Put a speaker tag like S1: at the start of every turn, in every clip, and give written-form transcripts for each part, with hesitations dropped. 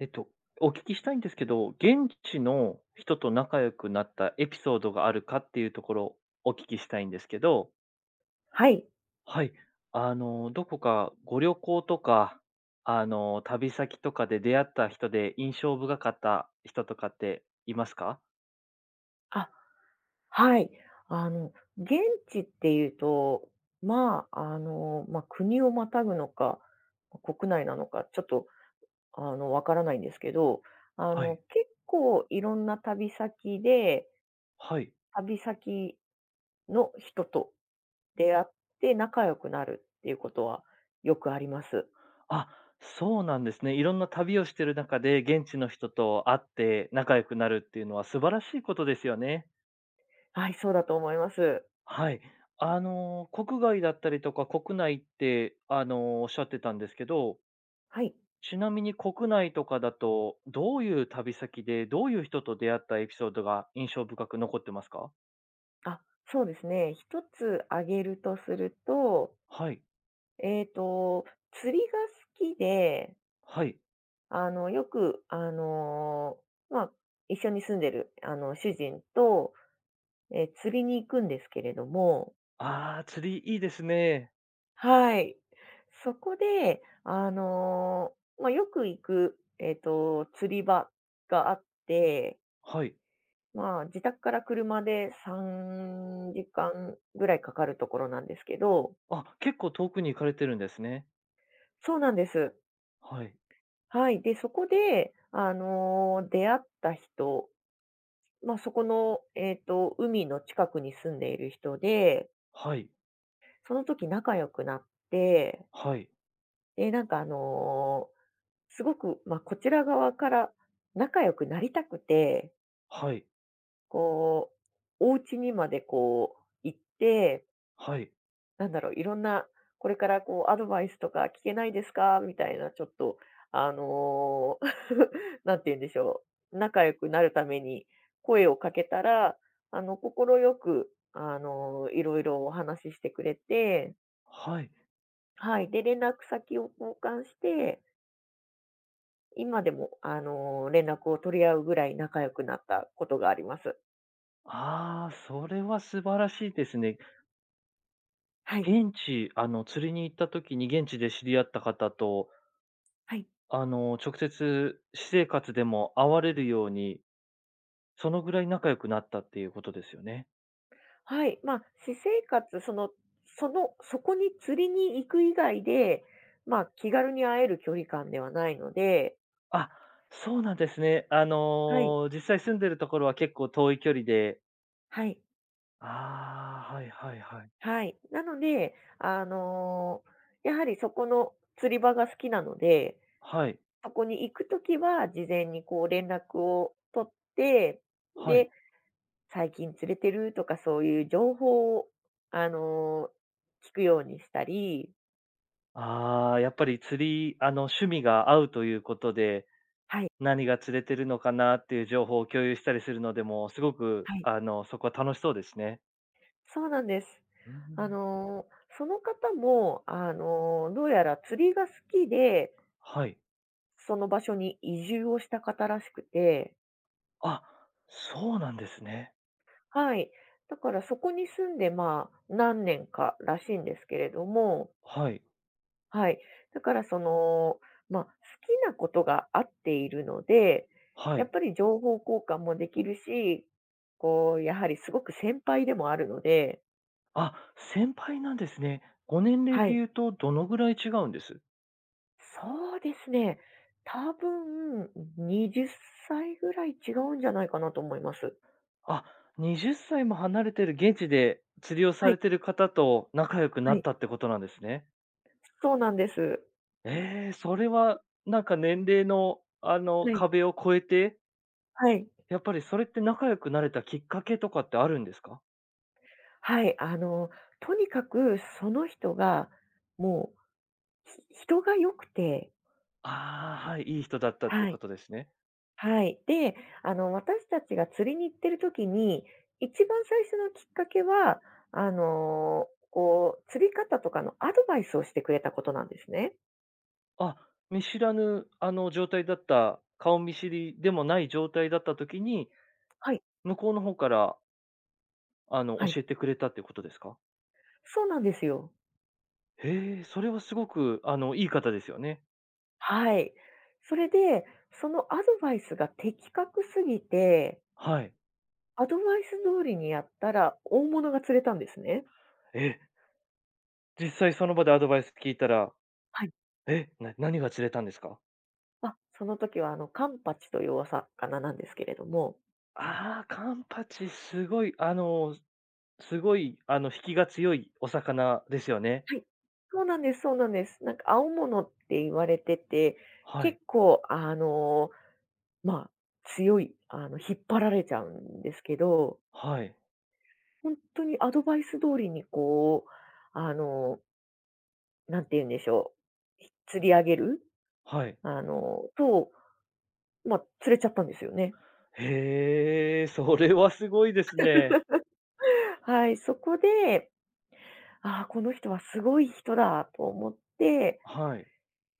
S1: えっと、お聞きしたいんですけど、現地の人と仲良くなったエピソードがあるかっていうところ、お聞きしたいんですけど、
S2: はい。
S1: はい。どこかご旅行とか、旅先とかで出会った人で印象深かった人とかっていますか？
S2: あ、はい。あの、現地っていうと、国をまたぐのか、国内なのか、ちょっと、わからないんですけど、
S1: はい。
S2: 結構いろんな旅先で、
S1: はい。
S2: 旅先の人と出会って仲良くなるっていうことはよくあります。
S1: あ、そうなんですね。いろんな旅をしてる中で、現地の人と会って仲良くなるっていうのは素晴らしいことですよね。
S2: はい、そうだと思います。
S1: はい。国外だったりとか、国内って、おっしゃってたんですけど、
S2: はい。
S1: ちなみに国内とかだと、どういう旅先で、どういう人と出会ったエピソードが印象深く残ってますか？
S2: あ、そうですね。一つ挙げるとすると、
S1: はい、
S2: えっと、釣りが好きで
S1: はい。
S2: よく、まあ、一緒に住んでる、主人と、釣りに行くんですけれども。
S1: ああ、釣りいいですね。
S2: はい。そこで、よく行く、釣り場があって、
S1: はい。
S2: まあ、自宅から車で3時間ぐらいかかるところなんですけど、
S1: あ、結構遠くに行かれてるんですね。
S2: そうなんです。
S1: はい、
S2: はい。で、そこで、出会った人、まあ、そこの、海の近くに住んでいる人で、
S1: はい、
S2: その時仲良くなって、
S1: はい、
S2: で、なんかすごく、まあ、こちら側から仲良くなりたくて、
S1: はい、
S2: こう、お家にまでこう行って、
S1: はい、
S2: なんだろう、いろんな、これからこうアドバイスとか聞けないですかみたいな、ちょっと、あの、なんて言うんでしょう、仲良くなるために声をかけたら、快く、いろいろお話ししてくれて、
S1: はい。
S2: はい。で、連絡先を交換して、今でも、連絡を取り合うぐらい仲良くなったことがあります。
S1: ああ、それは素晴らしいですね。
S2: はい。
S1: 現地、釣りに行った時に現地で知り合った方と
S2: はい。
S1: 直接私生活でも会われるように、そのぐらい仲良くなったっていうことですよね。
S2: はい、まあ、私生活、その、その、そこに釣りに行く以外で、まあ、気軽に会える距離感ではないので。
S1: あ、そうなんですね。
S2: はい、
S1: 実際住んでるところは結構遠い距離で。
S2: はい。
S1: ああ、はいはいはい。
S2: はい。なので、やはりそこの釣り場が好きなので、
S1: はい、
S2: そこに行くときは事前にこう連絡を取って、
S1: はい。
S2: で、最近釣れてるとかそういう情報を、あの、聞くようにしたり。
S1: ああ、やっぱり釣り、趣味が合うということで、
S2: はい、
S1: 何が釣れてるのかなっていう情報を共有したりするのでも、すごく、
S2: はい。
S1: そこは楽しそうですね。
S2: そうなんです。
S1: う
S2: あ
S1: ん。
S2: の、その方も、どうやら釣りが好きで、
S1: はい。
S2: その場所に移住をした方らしくて、
S1: あ、そうなんですね。
S2: はい。だからそこに住んで、まあ、何年からしいんですけれども、
S1: はい、
S2: はい。だからその、まあ、好きなことが合っているので、
S1: は
S2: やっ
S1: い。
S2: ぱり情報交換もできるし、こう、やはりすごく先輩でもあるので、
S1: あ、先輩なんですね。ご年齢
S2: は
S1: で
S2: い。
S1: 言うとどのぐらい違うんです？
S2: そうですね。多分、20歳ぐらい違うんじゃないかなと思います。
S1: あ、20歳も離れてる現地で釣りを
S2: は
S1: さ
S2: い、
S1: れてる方と仲良く
S2: は
S1: なっ
S2: い。
S1: たってことなんですね。
S2: そうなんです。
S1: ええ、それはなんか年齢の、
S2: はい。
S1: 壁を越えて、
S2: はい。
S1: やっぱりそれって仲良くなれたきっかけとかってあるんですか？
S2: はい。とにかくその人が、もう、人が良くて、
S1: ああ、はい、いい人だったっていう
S2: は
S1: こ
S2: い。
S1: とですね。
S2: はい。で、私たちが釣りに行ってる時に、一番最初のきっかけは、こう、釣り方とかのアドバイスをしてくれたことなんですね。
S1: あ、見知らぬ、状態だった顔見知りでもない状態だった時に、
S2: はい、
S1: 向こうの方から、
S2: はい。
S1: 教えてくれたっていうことですか？
S2: そうなんですよ。
S1: へえ、それはすごく、いい方ですよね。
S2: はい。それで、そのアドバイスが的確すぎて、
S1: はい。
S2: アドバイス通りにやったら大物が釣れたんですね。
S1: え、実際その場でアドバイス聞いたら、
S2: はい。
S1: え、何が釣れたんですか？
S2: あ、その時はカンパチというお魚なんですけれども。
S1: ああ、カンパチ、すごい、引きが強いお魚ですよね。
S2: はい。そうなんです、そうなんです。なんか青物って言われてて、
S1: は
S2: 結
S1: い、
S2: 構まあ、強い、引っ張られちゃうんですけど、
S1: はい、
S2: 本当にアドバイス通りにこう、あの、なんて言うんでしょう、釣り上げる
S1: はい。
S2: と、釣れちゃったんですよね。
S1: へえ、それはすごいですね。
S2: はい、そこで、ああ、この人はすごい人だと思って、
S1: はい。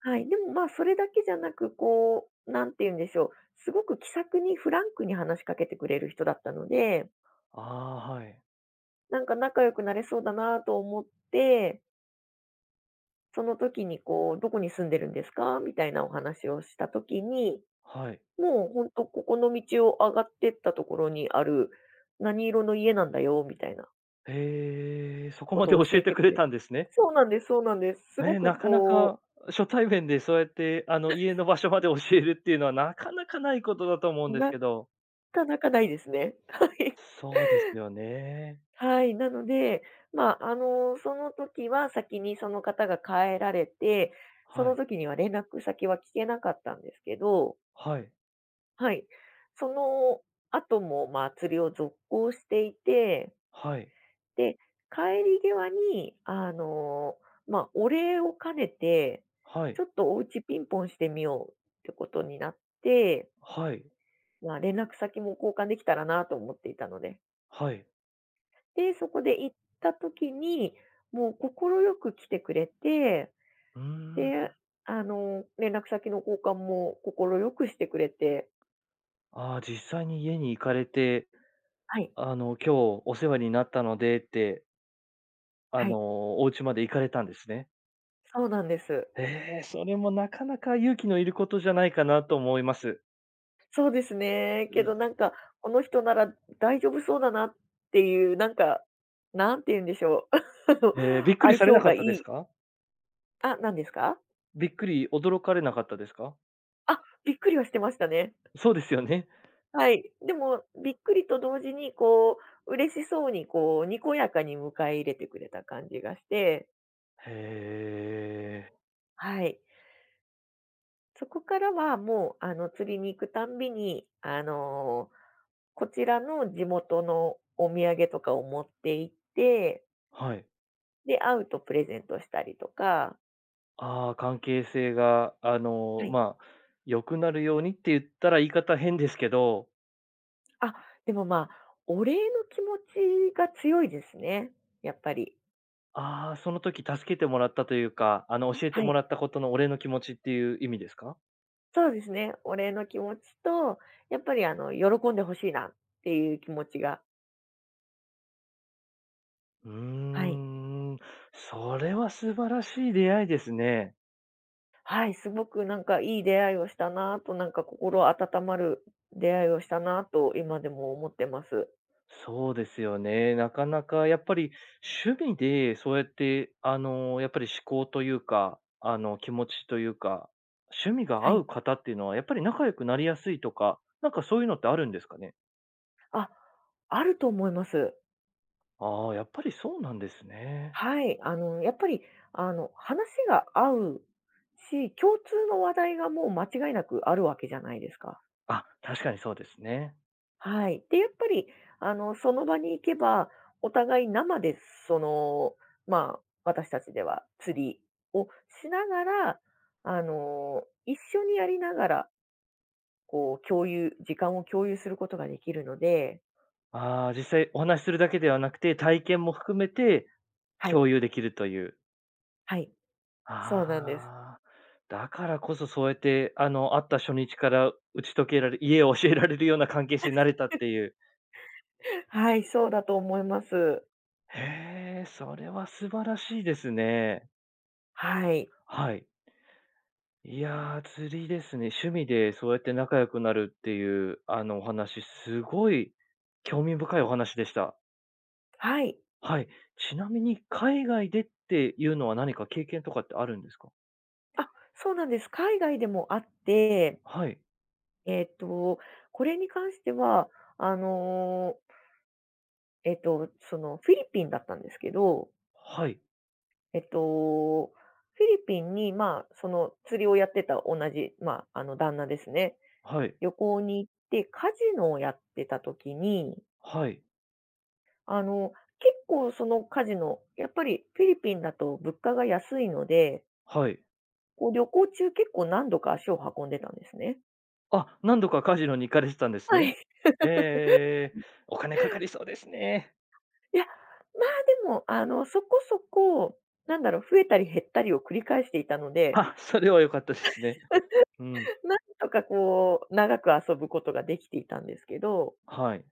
S2: はい、でも、まあ、それだけじゃなく、こう、なんて言うんでしょう、すごく気さくにフランクに話しかけてくれる人だったので、
S1: ああ、はい、
S2: なんか仲良くなれそうだなと思って、その時にこう、「どこに住んでるんですか？」みたいなお話をした時に、
S1: はい。
S2: もう本当ここの道を上がってったところにある、「何色の家なんだよ」みたいな
S1: へえ、そこ
S2: こ
S1: ま
S2: と
S1: で
S2: を
S1: 教
S2: 教え
S1: えて
S2: て
S1: く
S2: く
S1: れ
S2: れ、
S1: たんですね。
S2: そうなんです、そうなんです。すご
S1: えー
S2: く
S1: なかな
S2: こ
S1: か初対面でそうやって、家の場所まで教えるっていうのはなかなかないことだと思うん
S2: う、
S1: です
S2: な
S1: けど。
S2: かなかないですね。はい。
S1: そうですよね。
S2: はい、なので、その時は先にその方が帰られて、そ
S1: は
S2: の
S1: い。
S2: 時には連絡先は聞けなかったんですけど、
S1: はい。
S2: はい。その後も、まあ、釣りを続行していて、
S1: はい。
S2: で、帰り際に、まあ、お礼を兼ねて、
S1: は
S2: ち
S1: い。
S2: ょっとお家ピンポンしてみようってことになって、
S1: はい。
S2: まあ、連絡先も交換できたらなと思っていたので。
S1: はい。
S2: で、そこで行った時に、もう心よく来てくれて、
S1: うーん。
S2: で、連絡先の交換も心よくしてくれて、
S1: ああ、実際に家に行かれて、
S2: はい、
S1: 今日お世話になったのでって、
S2: はい、
S1: お家まで行かれたんですね。
S2: そうなんです。
S1: ええ、それもなかなか勇気のいることじゃないかなと思います。
S2: そうですね。
S1: う
S2: けど
S1: ん。
S2: なんか、この人なら大丈夫そうだなっていう、なんか、なんて言うんでしょう、あの、
S1: ええ、びっくり
S2: 相
S1: され
S2: 性
S1: なかっ
S2: がい
S1: たです
S2: い。
S1: か？
S2: あ、何ですか？
S1: びっくり驚かれなかったですか？
S2: あ、びっくりはしてましたね。
S1: そうですよね。
S2: はい。でも、びっくりと同時に、こう、嬉しそうに、こう、にこやかに迎え入れてくれた感じがして、
S1: へえ、
S2: はい。そこからはもう、釣りに行くたんびに、こちらの地元のお土産とかを持って行って、
S1: はい。
S2: で、会うとプレゼントしたりとか、
S1: ああ、関係性が、
S2: はい。
S1: 良くなるようにって言ったら言い方変ですけど、
S2: あ、でもまあ、お礼の気持ちが強いですね、やっぱり。
S1: ああ、その時助けてもらったというか、教えて
S2: は
S1: も
S2: い。
S1: らったことのお礼の気持ちっていう意味ですか？
S2: そうですね。お礼の気持ちと、やっぱり喜んでほしいなっていう気持ちが、
S1: うー
S2: はい。
S1: ん、それは素晴らしい出会いですね。
S2: はい、すごくなんかいい出会いをしたなと、なんか心温まる出会いをしたなと、今でも思ってます。
S1: そうですよね。なかなかやっぱり趣味でそうやって、やっぱり思考というか、気持ちというか、趣味が
S2: は
S1: 合う
S2: い。
S1: 方っていうのはやっぱり仲良くなりやすいとか、なんかそういうのってあるんですかね？
S2: あ、あると思います。
S1: ああ、やっぱりそうなんですね。
S2: はい。やっぱり、話が合うし、共通の話題がもう間違いなくあるわけじゃないですか。
S1: あ、確かにそうですね。
S2: はい。で、やっぱり、その場に行けば、お互い生で、その、まあ、私たちでは釣りをしながら、一緒にやりながら、こう、共有、時間を共有することができるので、
S1: ああ、実際お話しするだけではなくて、体験も含めて
S2: はい、
S1: 共有できるという。
S2: はい、そうなんです。
S1: ああ、だからこそそうやって、会った初日から打ち解けられ家を教えられるような関係性になれたっていう。
S2: はい、そうだと思います。
S1: へえ、それは素晴らしいですね。
S2: はい、
S1: はい。いやー、釣りですね。趣味でそうやって仲良くなるっていう、お話、すごい興味深いお話でした。
S2: はい。
S1: はい。ちなみに海外でっていうのは何か経験とかってあるんですか？
S2: あ、そうなんです。海外でもあって、
S1: はい。
S2: えっと、これに関しては、あのそのフィリピンだったんですけど、
S1: はい。
S2: えっと、フィリピンに、まあ、その釣りをやってた同じ、まあ、あの旦那ですね。
S1: はい。
S2: 旅行に行ってカジノをやってた時に、
S1: はい。
S2: あの、結構そのカジノ、やっぱりフィリピンだと物価が安いので、
S1: はい。
S2: こう旅行中結構何度か足を運んでたんですね。
S1: あ、何度かカジノに行かれてたんです
S2: は
S1: ね。
S2: い。
S1: ええええええ。お金かかりそうですね。
S2: いや、まあ、でも、そこそこ、なんだろう、増えたり減ったりを繰り返していたので、
S1: あ、それは良かったですね。うん。
S2: なんとかこう、長く遊ぶことができていたんですけど、
S1: はい。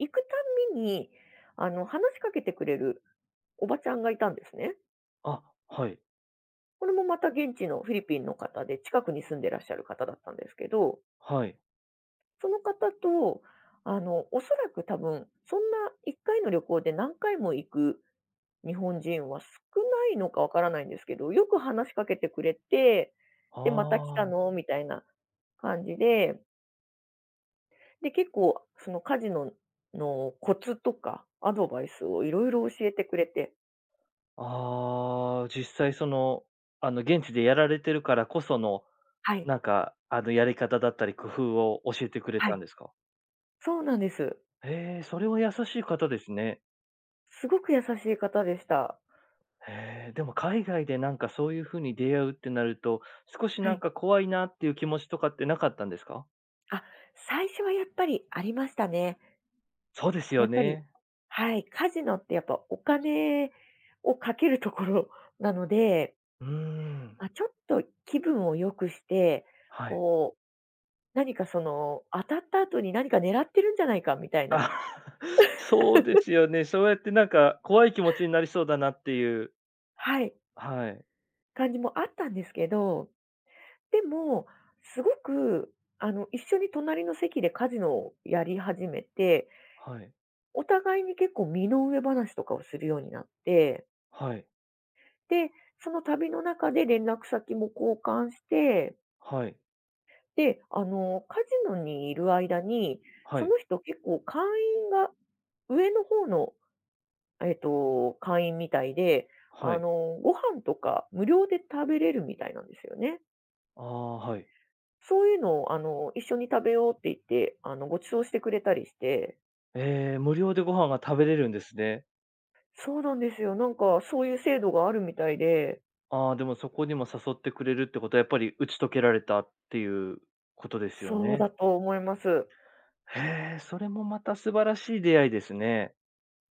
S2: 行くたんびに、話しかけてくれるおばちゃんがいたんですね。
S1: あ、はい。
S2: これもまた現地のフィリピンの方で、近くに住んでらっしゃる方だったんですけど、
S1: はい。
S2: その方と、おそらく多分、そんな1回の旅行で何回も行く日本人は少ないのかわからないんですけど、よく話しかけてくれて、で、また来
S1: あ
S2: たの
S1: あ、
S2: みたいな感じで、で、結構その家事のコツとかアドバイスをいろいろ教えてくれて、
S1: ああ、実際その、現地でやられてるからこその、
S2: はい、
S1: なんか、やり方だったり工夫を教えてくれ
S2: は
S1: たん
S2: い。
S1: ですか？
S2: そうなんです。
S1: へえ、それは優しい方ですね。
S2: すごく優しい方でした。
S1: へえ、でも海外でなんかそういう風に出会うってなると、少し
S2: は
S1: なん
S2: い。
S1: か怖いなっていう気持ちとかってなかったんですか？
S2: あ、最初はやっぱりありましたね。
S1: そうです
S2: や
S1: よ
S2: っぱり、
S1: ね。
S2: はい、カジノってやっぱお金をかけるところなので、
S1: うーん。
S2: まあ、ちょっと気分を良くして、
S1: はい。
S2: こう、何かその、当たった後に何か狙ってるんじゃないかみたいな、
S1: あ、そうですよね。そうやってなんか、怖い気持ちになりそうだなっていう。
S2: はい、
S1: はい。
S2: 感じもあったんですけど、でも、すごく、一緒に隣の席でカジノをやり始めて、
S1: はい。
S2: お互いに結構身の上話とかをするようになって、
S1: はい。
S2: で、その旅の中で連絡先も交換して、
S1: はい。
S2: で、カジノにいる間に、
S1: は
S2: そ
S1: い。
S2: の人結構会員が上の方の、会員みたいで、
S1: は
S2: あ
S1: い。
S2: の、ご飯とか無料で食べれるみたいなんですよね。
S1: ああ、はい。
S2: そういうのを、一緒に食べようって言って、ご馳走してくれたりして。
S1: ええ、無料でご飯が食べれるんですね。
S2: そうなんですよ。なんか、そういう制度があるみたいで、
S1: ああ、でもそこにも誘ってくれるってことは、やっぱり打ち解けられたっていうことですよ
S2: そう
S1: ね。
S2: だと思います。
S1: へえ、それもまた素晴らしい出会いですね。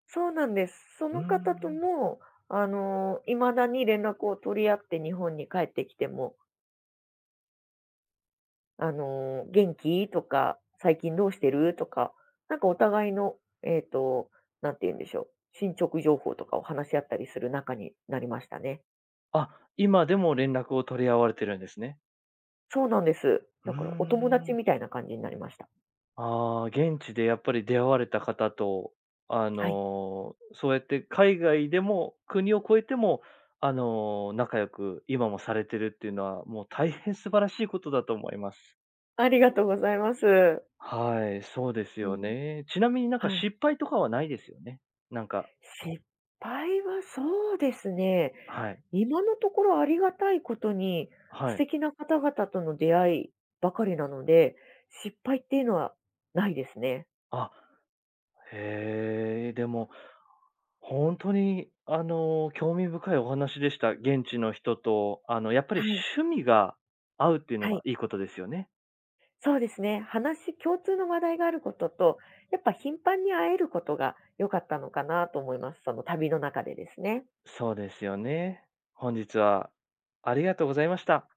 S2: そうなんです。そ
S1: うー
S2: の方と
S1: ん。
S2: も、未だに連絡を取り合って日本に帰ってきても、元気？とか、最近どうしてる？とか、なんかお互いの、えっと、なんて言うんでしょう、進捗情報とかを話し合ったりする仲になりましたね。
S1: あ、今でも連絡を取り合われてるんですね。
S2: そうなんです。
S1: う
S2: だ
S1: ー
S2: からお友達
S1: ん。
S2: みたいな感じになりました。
S1: ああ、現地でやっぱり出会われた方と、
S2: はい。
S1: そうやって海外でも、国を越えても、仲良く今もされてるっていうのは、もう大変素晴らしいことだと思います。
S2: ありがとうございます。
S1: はい、そうです
S2: う
S1: よ
S2: ん。
S1: ね。ちなみになんか
S2: はい。
S1: 失敗とかはないですよね？なんか
S2: 失敗はそうですね、
S1: はい、
S2: 今のところありがたいことに、
S1: は
S2: 素
S1: い。
S2: 敵な方々との出会いばかりなので、失敗っていうのはないですね。
S1: あ、へえ、でも、本当に興味深いお話でした。現地の人と、やっぱり
S2: はい、
S1: 趣味が合うっていうの
S2: は
S1: が
S2: い。
S1: いいことですよね。
S2: そうですね、話共通の話題があることと、やっぱ頻繁に会えることが良かったのかなと思います。その旅の中でですね。
S1: そうですよね。本日はありがとうございました。